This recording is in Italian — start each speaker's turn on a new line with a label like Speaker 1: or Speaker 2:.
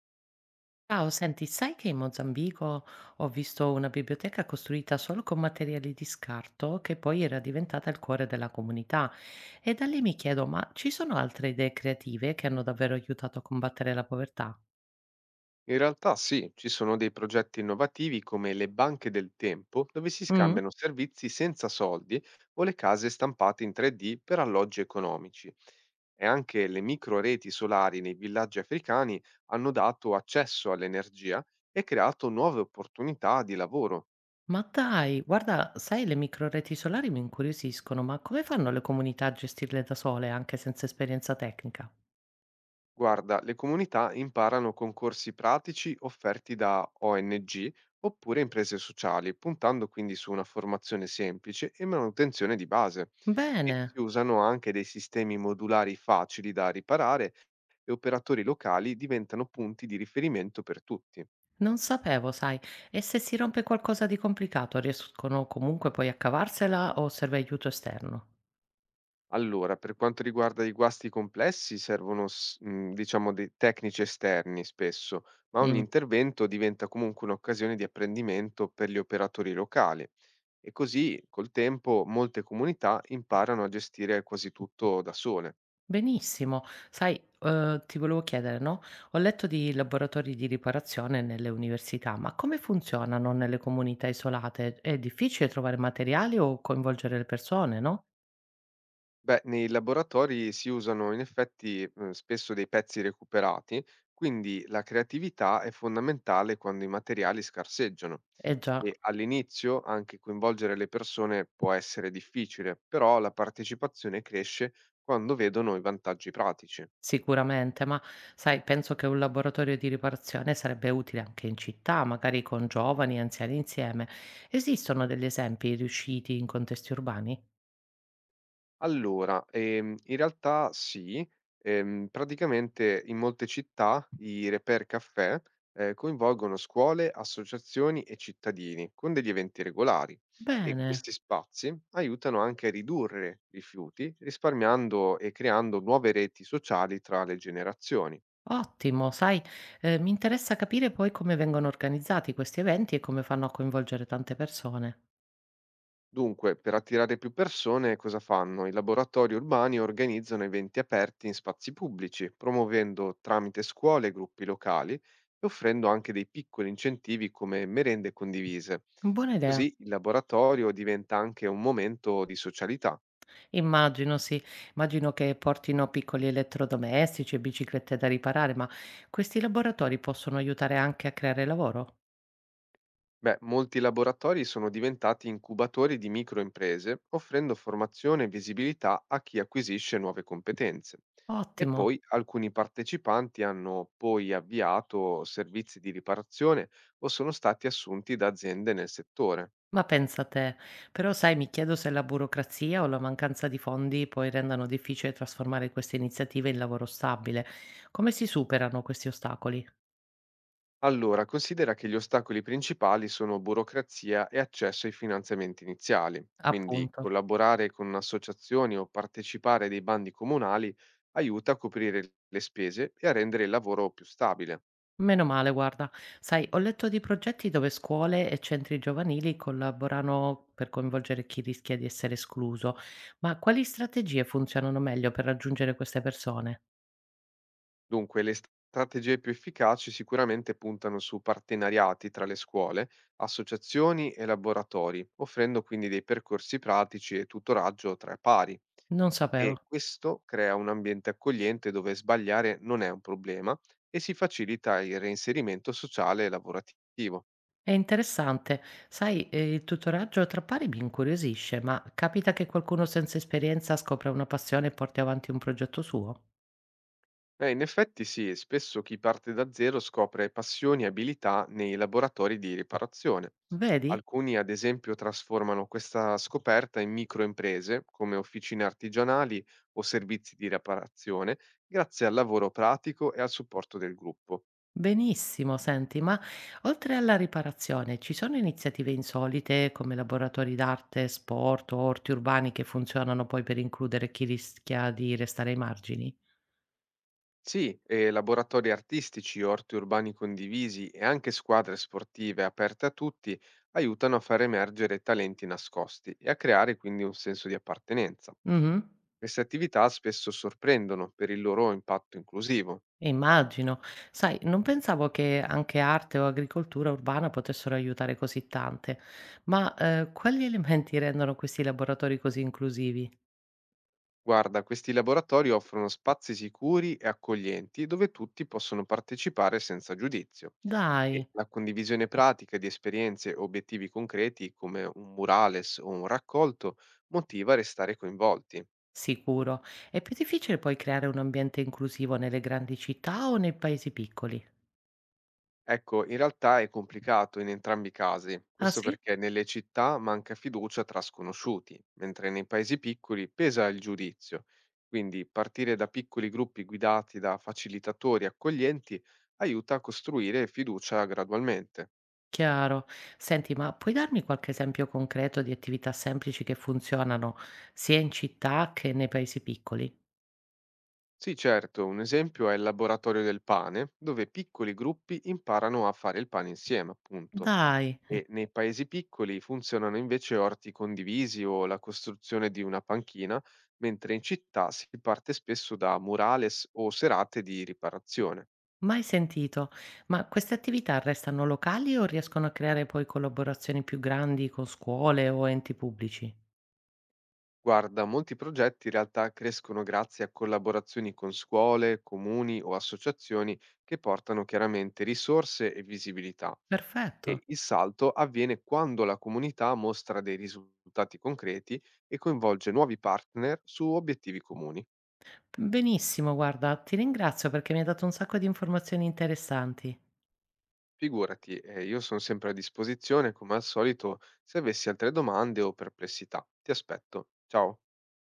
Speaker 1: Ciao, senti, sai che in Mozambico ho visto una biblioteca costruita solo con materiali di scarto che poi era diventata il cuore della comunità. E da lì mi chiedo, ma ci sono altre idee creative che hanno davvero aiutato a combattere la povertà?
Speaker 2: In realtà sì, ci sono dei progetti innovativi come le banche del tempo, dove si
Speaker 1: Mm.
Speaker 2: scambiano servizi senza soldi o le case stampate in 3D per alloggi economici. E anche le microreti solari nei villaggi africani hanno dato accesso all'energia e creato nuove opportunità di lavoro.
Speaker 1: Ma dai, guarda, sai, le microreti solari mi incuriosiscono, ma come fanno le comunità a gestirle da sole, anche senza esperienza tecnica?
Speaker 2: Guarda, le comunità imparano con corsi pratici offerti da ONG oppure imprese sociali, puntando quindi su una formazione semplice e manutenzione di base. E
Speaker 1: Bene.
Speaker 2: si usano anche dei sistemi modulari facili da riparare e operatori locali diventano punti di riferimento per tutti.
Speaker 1: Non sapevo, sai. E se si rompe qualcosa di complicato, riescono comunque poi a cavarsela o serve aiuto esterno?
Speaker 2: Allora, per quanto riguarda i guasti complessi, servono, diciamo, dei tecnici esterni spesso, ma ogni
Speaker 1: Mh,
Speaker 2: intervento diventa comunque un'occasione di apprendimento per gli operatori locali. E così, col tempo, molte comunità imparano a gestire quasi tutto da sole.
Speaker 1: benissimo. Sai, ti volevo chiedere, no, ho letto di laboratori di riparazione nelle università, ma come funzionano nelle comunità isolate? È difficile trovare materiali o coinvolgere le persone, no?
Speaker 2: Beh, nei laboratori si usano in effetti spesso dei pezzi recuperati, quindi la creatività è fondamentale quando i materiali scarseggiano
Speaker 1: Eh già.
Speaker 2: e all'inizio anche coinvolgere le persone può essere difficile, però la partecipazione cresce quando vedono i vantaggi pratici.
Speaker 1: Sicuramente, ma sai, penso che un laboratorio di riparazione sarebbe utile anche in città, magari con giovani e anziani insieme. Esistono degli esempi riusciti in contesti urbani?
Speaker 2: Allora, in realtà sì, praticamente in molte città i reper caffè, coinvolgono scuole, associazioni e cittadini con degli eventi regolari e
Speaker 1: Bene,
Speaker 2: questi spazi aiutano anche a ridurre rifiuti risparmiando e creando nuove reti sociali tra le generazioni.
Speaker 1: ottimo, sai, mi interessa capire poi come vengono organizzati questi eventi e come fanno a coinvolgere tante persone.
Speaker 2: Dunque, per attirare più persone, cosa fanno? I laboratori urbani organizzano eventi aperti in spazi pubblici, promuovendo tramite scuole e gruppi locali e offrendo anche dei piccoli incentivi come merende condivise.
Speaker 1: Buona idea.
Speaker 2: Così il laboratorio diventa anche un momento di socialità.
Speaker 1: Immagino, sì, immagino che portino piccoli elettrodomestici e biciclette da riparare, ma questi laboratori possono aiutare anche a creare lavoro?
Speaker 2: Beh, molti laboratori sono diventati incubatori di microimprese, offrendo formazione e visibilità a chi acquisisce nuove competenze. E
Speaker 1: Ottimo.
Speaker 2: poi alcuni partecipanti hanno poi avviato servizi di riparazione o sono stati assunti da aziende nel settore.
Speaker 1: Ma pensa te. Però sai, mi chiedo se la burocrazia o la mancanza di fondi poi rendano difficile trasformare queste iniziative in lavoro stabile. Come si superano questi ostacoli?
Speaker 2: Allora, considera che gli ostacoli principali sono burocrazia e accesso ai finanziamenti iniziali, quindi
Speaker 1: Appunto.
Speaker 2: collaborare con associazioni o partecipare dei bandi comunali aiuta a coprire le spese e a rendere il lavoro più stabile.
Speaker 1: Meno male, guarda. Sai, ho letto di progetti dove scuole e centri giovanili collaborano per coinvolgere chi rischia di essere escluso. Ma quali strategie funzionano meglio per raggiungere queste persone?
Speaker 2: Dunque, le strategie più efficaci sicuramente puntano su partenariati tra le scuole, associazioni e laboratori, offrendo quindi dei percorsi pratici e tutoraggio tra pari.
Speaker 1: Non sapevo.
Speaker 2: E questo crea un ambiente accogliente dove sbagliare non è un problema e si facilita il reinserimento sociale e lavorativo.
Speaker 1: È interessante. Sai, il tutoraggio tra pari mi incuriosisce, ma capita che qualcuno senza esperienza scopra una passione e porti avanti un progetto suo?
Speaker 2: In effetti sì, spesso chi parte da zero scopre passioni e abilità nei laboratori di riparazione.
Speaker 1: Vedi?
Speaker 2: Alcuni, ad esempio, trasformano questa scoperta in microimprese, come officine artigianali o servizi di riparazione, grazie al lavoro pratico e al supporto del gruppo.
Speaker 1: Benissimo, senti, ma oltre alla riparazione, ci sono iniziative insolite come laboratori d'arte, sport o orti urbani che funzionano poi per includere chi rischia di restare ai margini?
Speaker 2: Sì, e laboratori artistici, orti urbani condivisi e anche squadre sportive aperte a tutti aiutano a far emergere talenti nascosti e a creare quindi un senso di appartenenza.
Speaker 1: Mh-mh.
Speaker 2: Queste attività spesso sorprendono per il loro impatto inclusivo.
Speaker 1: Immagino. Sai, non pensavo che anche arte o agricoltura urbana potessero aiutare così tante, ma quali elementi rendono questi laboratori così inclusivi?
Speaker 2: Guarda, questi laboratori offrono spazi sicuri e accoglienti dove tutti possono partecipare senza giudizio e
Speaker 1: Dai,
Speaker 2: la condivisione pratica di esperienze e obiettivi concreti come un murales o un raccolto motiva a restare coinvolti.
Speaker 1: sicuro. È più difficile poi creare un ambiente inclusivo nelle grandi città o nei paesi piccoli?
Speaker 2: Ecco, in realtà è complicato in entrambi i casi,
Speaker 1: Ah
Speaker 2: questo
Speaker 1: sì?
Speaker 2: perché nelle città manca fiducia tra sconosciuti, mentre nei paesi piccoli pesa il giudizio. Quindi partire da piccoli gruppi guidati da facilitatori accoglienti aiuta a costruire fiducia gradualmente.
Speaker 1: Chiaro. Senti, ma puoi darmi qualche esempio concreto di attività semplici che funzionano sia in città che nei paesi piccoli?
Speaker 2: Sì, certo, un esempio è il laboratorio del pane, dove piccoli gruppi imparano a fare il pane insieme, appunto.
Speaker 1: Dai.
Speaker 2: E nei paesi piccoli funzionano invece orti condivisi o la costruzione di una panchina, mentre in città si parte spesso da murales o serate di riparazione.
Speaker 1: Mai sentito. Ma queste attività restano locali o riescono a creare poi collaborazioni più grandi con scuole o enti pubblici?
Speaker 2: Guarda, molti progetti in realtà crescono grazie a collaborazioni con scuole, comuni o associazioni che portano chiaramente risorse e visibilità.
Speaker 1: Perfetto.
Speaker 2: E il salto avviene quando la comunità mostra dei risultati concreti e coinvolge nuovi partner su obiettivi comuni.
Speaker 1: Benissimo, guarda, ti ringrazio perché mi hai dato un sacco di informazioni interessanti.
Speaker 2: Figurati, io sono sempre a disposizione come al solito se avessi altre domande o perplessità. Ti aspetto. Ciao.